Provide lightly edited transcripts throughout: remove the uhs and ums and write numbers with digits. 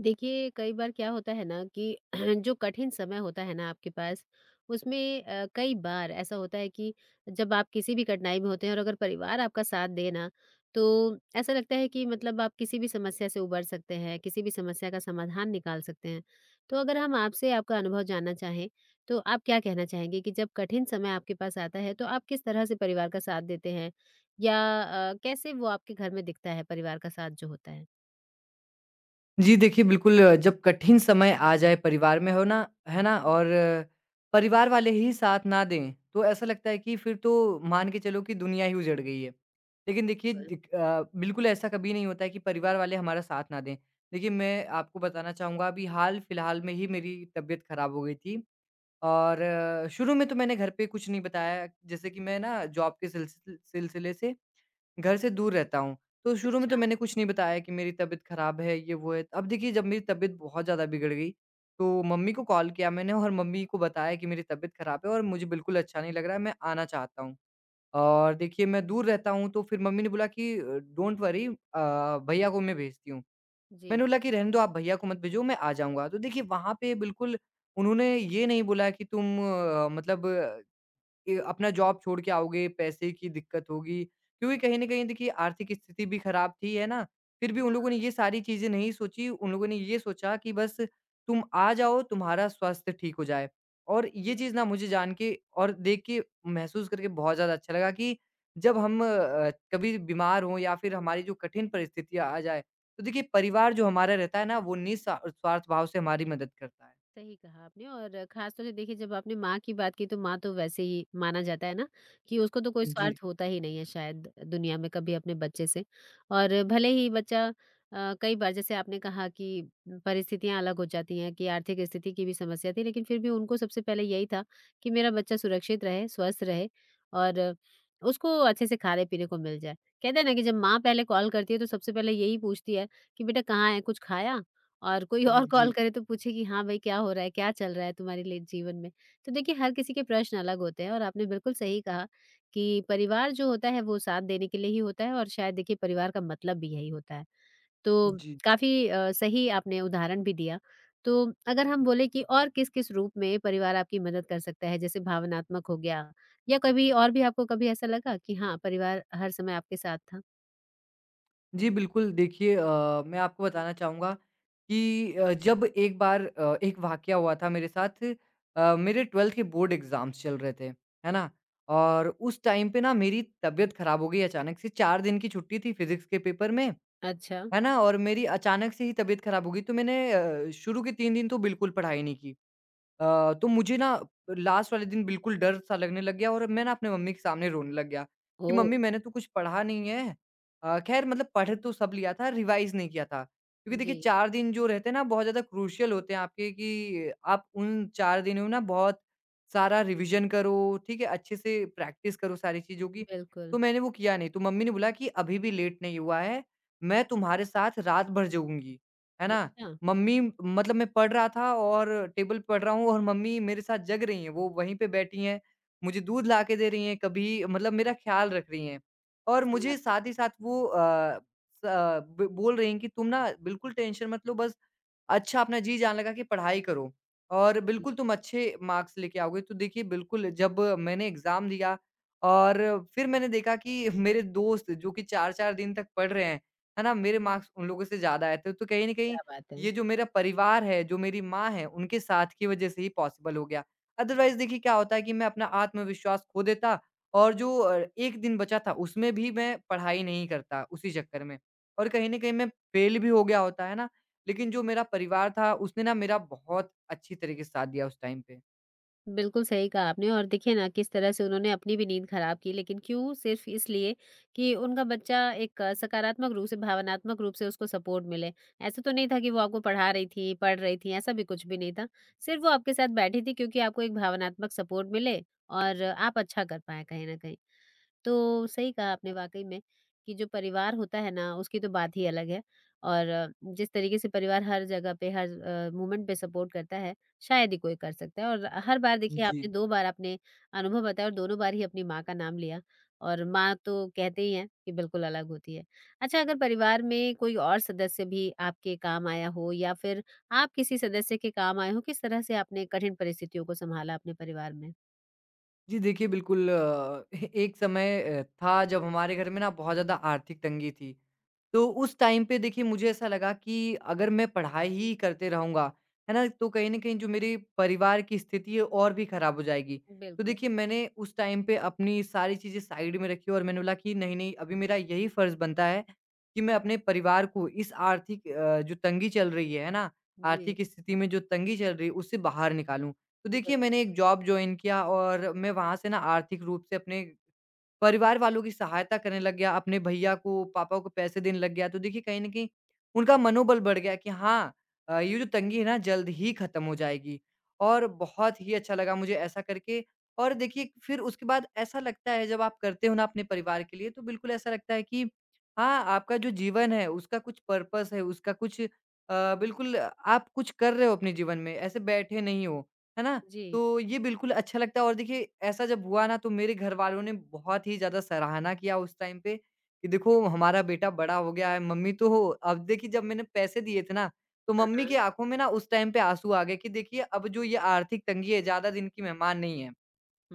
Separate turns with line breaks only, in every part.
देखिए कई बार क्या होता है ना कि जो कठिन समय होता है ना आपके पास उसमें कई बार ऐसा होता है कि जब आप किसी भी कठिनाई में होते हैं और अगर परिवार आपका साथ दे ना, तो ऐसा लगता है कि मतलब आप किसी भी समस्या से उबर सकते हैं, किसी भी समस्या का समाधान निकाल सकते हैं। तो अगर हम आपसे आपका अनुभव जानना चाहें, तो आप क्या कहना चाहेंगे कि जब कठिन समय आपके पास आता है तो आप किस तरह से परिवार का साथ देते हैं, या कैसे वो आपके घर में दिखता है, परिवार का साथ जो होता है।
जी देखिए, बिल्कुल जब कठिन समय आ जाए परिवार में हो ना, है ना? और परिवार वाले ही साथ ना दें, तो ऐसा लगता है कि फिर तो मान के चलो कि दुनिया ही उजड़ गई है। लेकिन देखिए
बिल्कुल,
बिल्कुल ऐसा कभी नहीं होता है कि परिवार वाले हमारा साथ ना दें। देखिए, मैं आपको बताना चाहूँगा अभी हाल-फिलहाल में ही मेरी तबीयत खराब हो गई थी और शुरू में तो मैंने घर पे कुछ नहीं बताया। जैसे कि मैं ना जॉब के सिलसिले से घर से दूर रहता हूँ। तो शुरू में तो
अच्छा
मैंने कुछ नहीं बताया कि मेरी तबीयत ख़राब है, ये वो है। अब देखिए जब मेरी तबीयत बहुत ज़्यादा बिगड़ गई, तो मम्मी को कॉल किया मैंने और मम्मी को बताया कि मेरी तबीयत ख़राब है और मुझे बिल्कुल अच्छा नहीं लग रहा है, मैं आना चाहता हूँ। और देखिए मैं दूर रहता हूँ तो फिर मम्मी ने बोला कि डोंट वरी भैया को मैं भेजती हूँ।
जी।
मैंने बोला कि रहने दो आप भैया को मत भेजो मैं आ जाऊँगा। तो देखिए वहाँ पे बिल्कुल उन्होंने ये नहीं बोला कि तुम अपना जॉब छोड़ के आओगे, पैसे की दिक्कत होगी। क्योंकि कहीं न कहीं देखिए आर्थिक स्थिति भी खराब थी, है ना? फिर भी उन लोगों ने ये सारी चीज़ें नहीं सोची, उन लोगों ने ये सोचा कि बस तुम आ जाओ, तुम्हारा स्वास्थ्य ठीक हो जाए। और ये चीज़ ना मुझे जान के और देख के महसूस करके बहुत ज़्यादा अच्छा लगा कि जब हम कभी बीमार हों या फिर हमारी जो कठिन परिस्थितियाँ आ जाए, तो देखिए परिवार जो हमारा रहता है ना, वो निस्वा स्वार्थ भाव से हमारी मदद करता है।
सही कहा आपने। और खास तौर से देखिए जब आपने माँ की बात की तो माँ तो वैसे ही माना जाता है ना, कि उसको तो कोई
जी।
स्वार्थ होता ही नहीं है शायद दुनिया में कभी अपने बच्चे से। और भले ही बच्चा कई बार जैसे आपने कहा कि परिस्थितियां अलग हो जाती हैं, कि आर्थिक स्थिति की भी समस्या थी, लेकिन फिर भी उनको सबसे पहले यही था कि मेरा बच्चा सुरक्षित रहे, स्वस्थ रहे, और उसको अच्छे से खाने पीने को मिल जाए। कहते हैं ना कि जब माँ पहले कॉल करती है तो सबसे पहले यही पूछती है कि बेटा कहाँ है, कुछ खाया? और कोई
हुँ,
और कॉल
जी।
करे तो पूछे कि हाँ भाई क्या हो रहा है, क्या चल रहा है तुम्हारे लिए जीवन में? तो देखिए हर किसी के प्रश्न अलग होते हैं, और आपने बिल्कुल सही कहा कि परिवार जो होता है वो साथ देने के लिए ही होता है, और शायद देखिए परिवार का मतलब भी यही होता है। तो
जी।
काफ़ी सही आपने उदाहरण भी दिया। तो अगर हम बोले कि और किस-किस रूप में परिवार आपकी मदद कर सकता है, जैसे भावनात्मक हो गया, या कभी और भी आपको कभी ऐसा लगा कि हाँ, परिवार हर समय आपके साथ था?
जी, बिल्कुल। देखिए मैं आपको बताना चाहूँगा कि जब एक बार एक वाक़या हुआ था मेरे साथ। मेरे 12th के बोर्ड एग्ज़ाम्स चल रहे थे, है ना? और उस टाइम पे ना मेरी तबीयत ख़राब हो गई अचानक से, 4 दिन की छुट्टी थी फ़िज़िक्स के पेपर में,
अच्छा।
है ना? और मेरी अचानक से ही तबीयत ख़राब हो गई, तो मैंने शुरू के 3 दिन तो बिल्कुल पढ़ाई नहीं की। तो मुझे ना लास्ट वाले दिन बिल्कुल डर सा लगने लग गया और मैं ना अपने मम्मी के सामने रोने लग गया कि
ओह!
मम्मी मैंने तो कुछ पढ़ा नहीं है। ख़ैर मतलब पढ़ तो सब लिया था, रिवाइज़ नहीं किया था। क्योंकि देखिए
जी,
4 दिन जो रहते हैं ना बहुत ज़्यादा क्रूशियल होते हैं आपके कि आप उन 4 दिनों में ना बहुत सारा रिविज़न करो, ठीक है? अच्छे से प्रैक्टिस करो सारी चीज़ों की।
बिल्कुल।
तो मैंने वो किया नहीं, तो मम्मी ने बोला कि अभी भी लेट नहीं हुआ है, मैं तुम्हारे साथ रात भर जागूँगी, है ना?
अच्छा।
मम्मी मतलब मैं पढ़ रहा था और टेबल पे पढ़ रहा हूँ और मम्मी मेरे साथ जग रही हैं, वो वहीं पे बैठी हैं, मुझे दूध ला के दे रही हैं, कभी मतलब मेरा ख़्याल रख रही हैं। और मुझे
समझ
साथ
सकते
ही साथ
हैं।
वो ब बोल रही हैं कि तुम ना बिल्कुल टेंशन मत लो बस अच्छा अपना जी जान लगा कि पढ़ाई करो और
जी।
बिल्कुल तुम अच्छे मार्क्स लेके आओगे। तो देखिए बिल्कुल जब मैंने एग्ज़ाम दिया और फिर मैंने देखा कि मेरे दोस्त जो कि 4-4 दिन तक पढ़ रहे हैं, है ना? मेरे मार्क्स उन लोगों से ज़्यादा आए थे। तो कहीं न कहीं
क्या बात है।
ये जो मेरा परिवार है, जो मेरी माँ है, उनके साथ की वज़ह से ही पॉसिबल हो गया। अदरवाइज़ देखिए क्या होता है कि मैं अपना आत्मविश्वास खो देता और जो 1 दिन बचा था उसमें भी मैं पढ़ाई नहीं करता उसी चक्कर में। और कहीं न कहीं मैं फ़ेल भी हो गया होता, है ना? लेकिन जो मेरा परिवार था उसने ना मेरा बहुत अच्छी तरीके से साथ दिया उस टाइम पे।
बिल्कुल सही कहा आपने। और देखिए ना किस तरह से उन्होंने अपनी भी नींद खराब की, लेकिन क्यों? सिर्फ़ इसलिए कि उनका बच्चा एक सकारात्मक रूप से, भावनात्मक रूप से उसको सपोर्ट मिले। ऐसा तो नहीं था कि वो आपको पढ़ा रही थी, पढ़ रही थी, ऐसा भी कुछ भी नहीं था। सिर्फ़ वो आपके साथ बैठी थी क्योंकि आपको एक भावनात्मक सपोर्ट मिले और आप अच्छा कर पाएँ कहीं न कहीं। तो सही कहा आपने वाक़ई में, कि जो परिवार होता है ना, उसकी तो बात ही अलग है। और जिस तरीके से परिवार हर जगह पे, हर मोमेंट पे सपोर्ट करता है, शायद ही कोई कर सकता है। और हर बार देखिए
जी।
आपने 2 बार आपने अनुभव बताया, और दोनों बार ही अपनी माँ का नाम लिया, और माँ तो कहते ही हैं कि बिल्कुल अलग होती है। अच्छा, अगर परिवार में कोई और सदस्य भी आपके काम आया हो, या फिर आप किसी सदस्य के काम आए हो, किस तरह से आपने कठिन परिस्थितियों को सँभाला अपने परिवार में?
जी देखिए, बिल्कुल ए एक समय था जब हमारे घर में ना बहुत ज़्यादा आर्थिक तंगी थी। तो उस टाइम पे देखिए मुझे ऐसा लगा कि अगर मैं पढ़ाई ही करते रहूँगा, है ना? तो कहीं न कहीं जो मेरे परिवार की स्थिति है और भी खराब हो जाएगी। तो
बिल्कुल।
देखिए मैंने उस टाइम पे अपनी सारी चीज़ें साइड में रखी और मैंने बोला कि नहीं, नहीं अभी मेरा यही फ़र्ज़ बनता है कि मैं अपने परिवार को इस आर्थिक जो तंगी चल रही है ना?
जी,
आर्थिक स्थिति में जो तंगी चल रही है उससे बाहर निकालूँ। तो देखिए
बिल्कुल।
मैंने एक जॉब जॉइन किया और मैं वहाँ से ना आर्थिक रूप से अपने परिवार वालों की सहायता करने लग गया, अपने भैया को, पापा को पैसे देने लग गया। तो देखिए कहीं न कहीं उनका मनोबल बढ़ गया कि हाँ ये जो तंगी है ना जल्द ही ख़त्म हो जाएगी और बहुत ही अच्छा लगा मुझे ऐसा करके। और देखिए फिर उसके बाद ऐसा लगता है जब आप करते हो ना अपने परिवार के लिए तो बिल्कुल ऐसा लगता है कि हाँ, आपका जो जीवन है उसका कुछ पर्पस है, उसका बिल्कुल आप कुछ कर रहे हो अपने जीवन में, ऐसे बैठे नहीं हो, है ना?
जी।
तो ये बिल्कुल अच्छा लगता है और देखिए ऐसा जब हुआ ना तो मेरे घरवालों ने बहुत ही ज़्यादा सराहना किया उस टाइम पे कि देखो हमारा बेटा बड़ा हो गया है। मम्मी तो हो अब देखिए जब मैंने पैसे दिए थे ना तो
हाँ,
मम्मी
हाँ।
की आँखों में ना उस टाइम पे आँसू आ गए कि देखिए अब जो ये आर्थिक तंगी है ज़्यादा दिन की मेहमान नहीं है।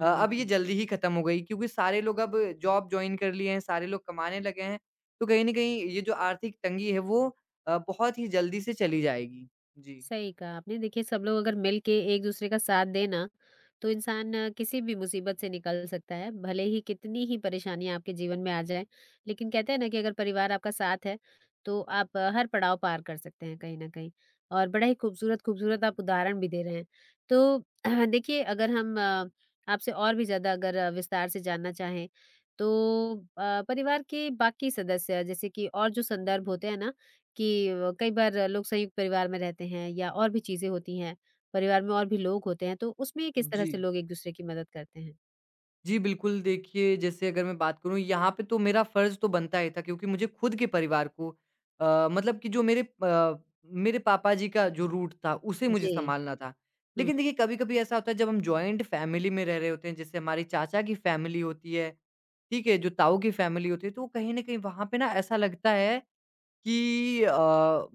अब ये जल्दी ही खत्म हो गई क्योंकि सारे लोग अब जॉब जॉइन कर लिए हैं, सारे लोग कमाने लगे हैं। तो कहीं न कहीं ये जो आर्थिक तंगी है वो बहुत ही जल्दी से चली जाएगी। जी।
सही कहा आपने। देखिए सब लोग अगर मिल के एक-दूसरे का साथ दें ना, तो इंसान किसी भी मुसीबत से निकल सकता है, भले ही कितनी ही परेशानियाँ आपके जीवन में आ जाएँ। लेकिन कहते हैं ना कि अगर परिवार आपका साथ है, तो आप हर पड़ाव पार कर सकते हैं कहीं न कहीं, और बड़ा ही खूबसूरत-खूबसूरत आप उदाहरण भी दे रहे हैं। तो देखिए अगर हम आपसे और भी ज़्यादा अगर विस्तार से जानना चाहें, तो परिवार के बाकी सदस्य जैसे कि और जो संदर्भ होते हैं ना, कि कई बार लोग संयुक्त परिवार में रहते हैं, या और भी चीज़ें होती हैं, परिवार में और भी लोग होते हैं, तो उसमें किस तरह
जी।
से लोग एक-दूसरे की मदद करते हैं?
जी, बिल्कुल, देखिए जैसे अगर मैं बात करूँ यहाँ पे तो मेरा फ़र्ज़ तो बनता ही था क्योंकि मुझे खुद के परिवार को अ, मतलब कि जो मेरे अ, मेरे पापा जी का जो रूट था उसे मुझे
जी।
संभालना था।
हुँ,
लेकिन देखिए कभी-कभी ऐसा होता है जब हम जॉइंट फ़ैमिली में रह रहे होते हैं जैसे हमारी चाचा की फ़ैमिली होती है, ठीक है? जो ताऊ की फ़ैमिली होती है तो कहीं न कहीं वहाँ पे ना ऐसा लगता है कि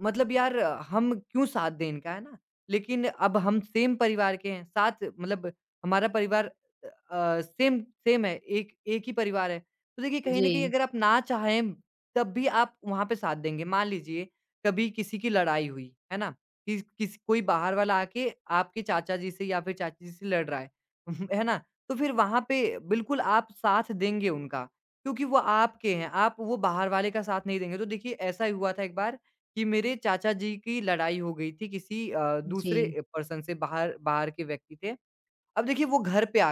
मतलब यार हम क्यों साथ दें इनका, है ना? लेकिन अब हम सेम परिवार के हैं, साथ मतलब हमारा परिवार सेम सेम है, एक एक ही परिवार है। तो देखिए कहीं न
जी।
कहीं अगर आप ना चाहें, तब भी आप वहाँ पे साथ देंगे। मान लीजिए कभी किसी की लड़ाई हुई, है ना? किस किस कोई बाहर वाला आके आपके चाचा जी से या फिर चाची जी से लड़ रहा है, है ना? तो फिर वहाँ पे बिल्कुल आप साथ देंगे उनका। क्योंकि वो आपके हैं, आप वो बाहर वाले का साथ नहीं देंगे। तो देखिए ऐसा ही हुआ था एक बार कि मेरे चाचा जी की लड़ाई हो गई थी किसी
जी,
दूसरे पर्सन से, बाहर बाहर के व्यक्ति थे। अब देखिए वो घर पे आ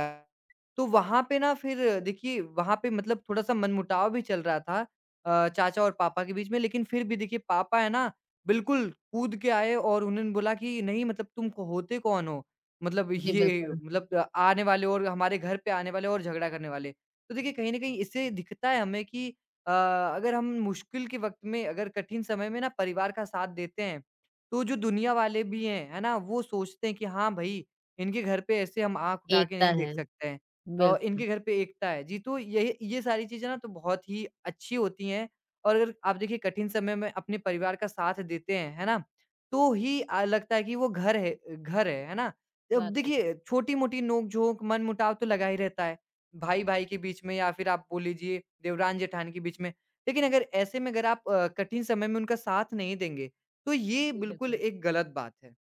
तो वहाँ पे ना फिर देखिए वहाँ पे मतलब थोड़ा-सा मनमुटाव भी चल रहा था चाचा और पापा के बीच में। लेकिन फिर भी देखिए पापा है ना बिल्कुल कूद के आए और उन्होंने बोला कि नहीं मतलब तुम क होते कौन हो? मतलब
जी,
ये
बिल्कुल।
आने वाले और हमारे घर पे आने वाले और झगड़ा करने वाले। तो देखिए कहीं न कहीं इससे दिखता है हमें कि अगर हम मुश्किल के वक़्त में अगर कठिन समय में ना परिवार का साथ देते हैं, तो जो दुनिया वाले भी हैं, है ना? वो सोचते हैं कि हाँ भाई इनके घर पे ऐसे हम आँख उठा के
एकता
नहीं देख
है,
सकते हैं।
बिल्कुल,
इनके घर पे एकता है। जी, तो ये सारी चीज़ें ना तो बहुत ही अच्छी होती हैं और अगर आप देखिए कठिन समय में अपने परिवार का साथ देते हैं, है ना? तो ही लगता है कि वो घर है ना? अब
वाक़ई में।
देखिए छोटी-मोटी नोक-झोंक, मन-मुटाव तो लगा ही रहता है, भाई-भाई के बीच में या फिर आप बोल लीजिए देवरान-जेठान के बीच में। लेकिन अगर ऐसे में अगर आप कठिन समय में उनका साथ नहीं देंगे, तो ये
जी,
बिल्कुल
बिल्कुल।
एक गलत बात है।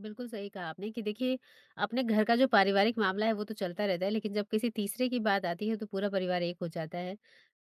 बिल्कुल सही कहा आपने कि देखिए अपने घर का जो पारिवारिक मामला है वो तो चलता रहता है, लेकिन जब किसी तीसरे की बात आती है तो पूरा परिवार एक हो जाता है,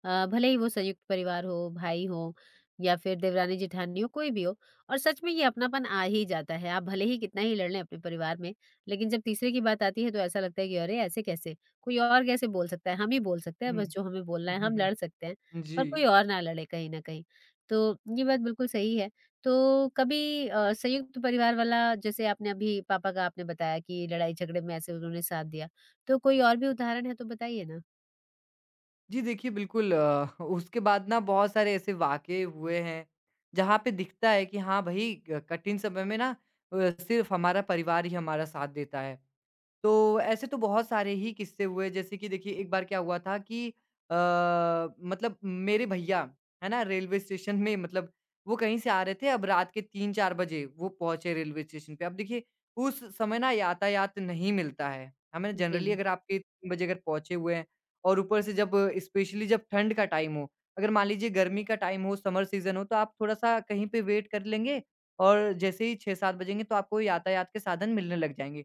भले ही वो संयुक्त परिवार हो, भाई हो, या फिर देवरानी जेठानी हो, कोई भी हो। और सच में ये अपनापन आ ही जाता है, आप भले ही कितना ही लड़ लें अपने परिवार में, लेकिन जब तीसरे की बात आती है तो ऐसा लगता है कि अरे ऐसे कैसे, कोई और कैसे बोल सकता है, हम ही बोल सकते हैं,
हुँ।
बस जो हमें बोलना
हुँ,
है
हुँ,
हम लड़
हुँ।
सकते हैं,
जी।
पर कोई और ना लड़े कहीं ना कहीं। तो ये बात बिल्कुल सही है। तो कभी संयुक्त परिवार वाला, जैसे आपने अभी पापा का आपने बताया कि लड़ाई झगड़े में ऐसे उन्होंने साथ दिया, तो कोई और भी उदाहरण है तो बताइए ना?
जी देखिए, बिल्कुल उसके बाद ना बहुत सारे ऐसे वाक़ये हुए हैं, जहाँ पे दिखता है कि हाँ, भई क कठिन समय में ना सिर्फ़ हमारा परिवार ही हमारा साथ देता है। तो ऐसे तो बहुत सारे ही किस्से हुए जैसे कि देखिए एक बार क्या हुआ था कि अ, मतलब मेरे भैया है ना रेलवे स्टेशन में मतलब वो कहीं से आ रहे थे। अब रात के 3-4 बजे वो पहुंचे रेलवे स्टेशन पे। अब देखिए उस समय ना यातायात नहीं मिलता है। हमें जनरली
जी,
अगर आपके 3 बजे अगर पहुंचे हुए हैं और ऊपर से जब स्पेशली जब ठंड का टाइम हो, अगर मान लीजिए गर्मी का टाइम हो, समर सीज़न हो तो आप थोड़ा-सा कहीं पे वेट कर लेंगे और जैसे ही 6-7 बजेंगे तो आपको यातायात के साधन मिलने लग जाएँगे।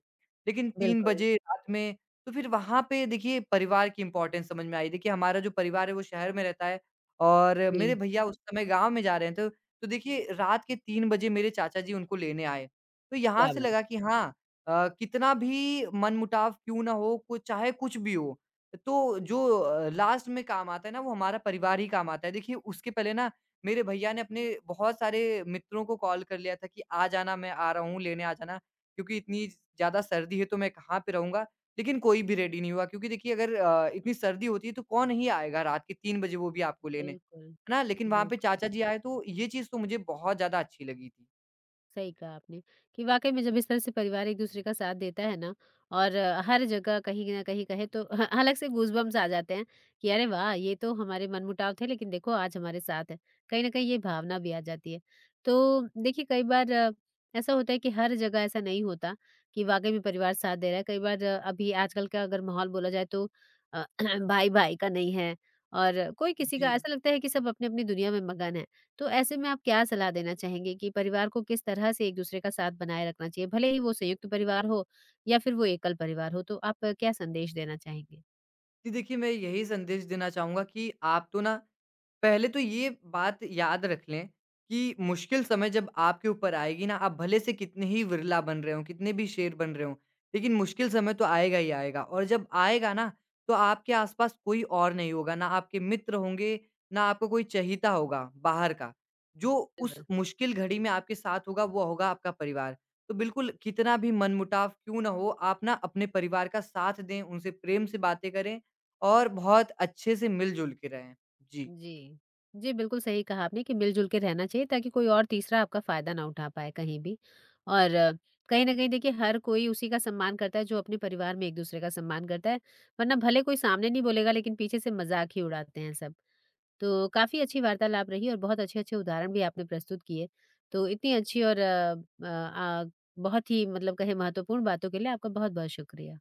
लेकिन 3
बिल्कुल।
बजे रात में तो फिर वहाँ पे देखिए परिवार की इम्पोर्टेंस समझ में आई। देखिए हमारा जो परिवार है वो शहर में रहता है और मेरे
जी,
भैया हुँ। उस समय गाँव में जा रहे थे। तो देखिए रात के 3 बजे मेरे चाचा जी उनको लेने आए। तो यहाँ
क्या
से
बात
लगा
है।
कि हाँ कितना भी मनमुटाव क्यों ना हो, को चाहे कुछ भी हो, तो जो लास्ट में काम आता है ना वो हमारा परिवार ही काम आता है। देखिए उसके पहले ना मेरे भैया ने अपने बहुत सारे मित्रों को कॉल कर लिया था कि आ जाना मैं आ रहा हूँ, लेने आ जाना। क्योंकि इतनी ज़्यादा सर्दी है तो मैं कहाँ पे रहूँगा? लेकिन कोई भी रेडी नहीं हुआ क्योंकि देखिए अगर अ, इतनी सर्दी होती है तो कौन ही आएगा रात के 3 बजे वो भी आपको लेने, है
बिल्कुल,
ना? लेकिन वहाँ पे
बिल्कुल।
चाचा जी आए तो ये चीज़ तो मुझे बहुत ज़्यादा अच्छी लगी थी।
सही कहा आपने कि वाकई में जब इस तरह से परिवार एक दूसरे का साथ देता है ना, और हर जगह कहीं ना कहीं कहे तो अलग से गूजबम्स आ जाते हैं, कि अरे वाह ये तो हमारे मनमुटाव थे, लेकिन देखो आज हमारे साथ है, कहीं ना कहीं ये भावना भी आ जाती है। तो देखिए कई बार ऐसा होता है कि हर जगह ऐसा नहीं होता कि वाकई में परिवार साथ दे रहा है। कई बार अभी आजकल का अगर माहौल बोला जाए तो अ, भाई भाई का नहीं है, और कोई किसी
जी।
का, ऐसा लगता है कि सब अपने अपनी दुनिया में मगन है। तो ऐसे में आप क्या सलाह देना चाहेंगे कि परिवार को किस तरह से एक-दूसरे का साथ बनाए रखना चाहिए? भले ही वो संयुक्त परिवार हो, या फिर वो एकल परिवार हो, तो आप क्या संदेश देना चाहेंगे?
जी, देखिए मैं यही संदेश देना चाहूँगा कि आप तो ना पहले तो ये बात याद रख लें कि मुश्किल समय जब आपके ऊपर आएगी ना, आप भले से कितने ही विरला बन रहे हों, कितने भी शेर बन रहे हों, लेकिन मुश्किल समय तो आएगा ही आएगा। और जब आएगा ना, तो आपके आसपास कोई और नहीं होगा, ना आपके मित्र होंगे, ना आपको कोई चहीता होगा बाहर का। जो उस
बिल्कुल,
मुश्किल घड़ी में आपके साथ होगा, वो होगा आपका परिवार। तो बिल्कुल कितना भी मनमुटाव क्यों ना हो, आप ना अपने परिवार का साथ दें, उनसे प्रेम से बातें करें और बहुत अच्छे से मिल-जुल के रहें। जी।
जी। जी, बिल्कुल सही कहा आपने कि मिल-जुल के रहना चाहिए ताकि कोई और तीसरा आपका फ़ायदा ना उठा पाए कहीं भी। और कहीं न कहीं देखिए हर कोई उसी का सम्मान करता है जो अपने परिवार में एक-दूसरे का सम्मान करता है, वरना भले कोई सामने नहीं बोलेगा लेकिन पीछे से मज़ाक ही उड़ाते हैं सब। तो काफ़ी अच्छी वार्तालाप रही, और बहुत अच्छे-अच्छे उदाहरण भी आपने प्रस्तुत किए। तो इतनी अच्छी और अ, आ, बहुत ही मतलब कहें महत्वपूर्ण बातों के लिए आपका बहुत-बहुत शुक्रिया।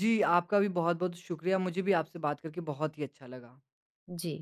जी, आपका भी बहुत-बहुत शुक्रिया। मुझे भी आपसे बात करके बहुत ही अच्छा लगा।
जी।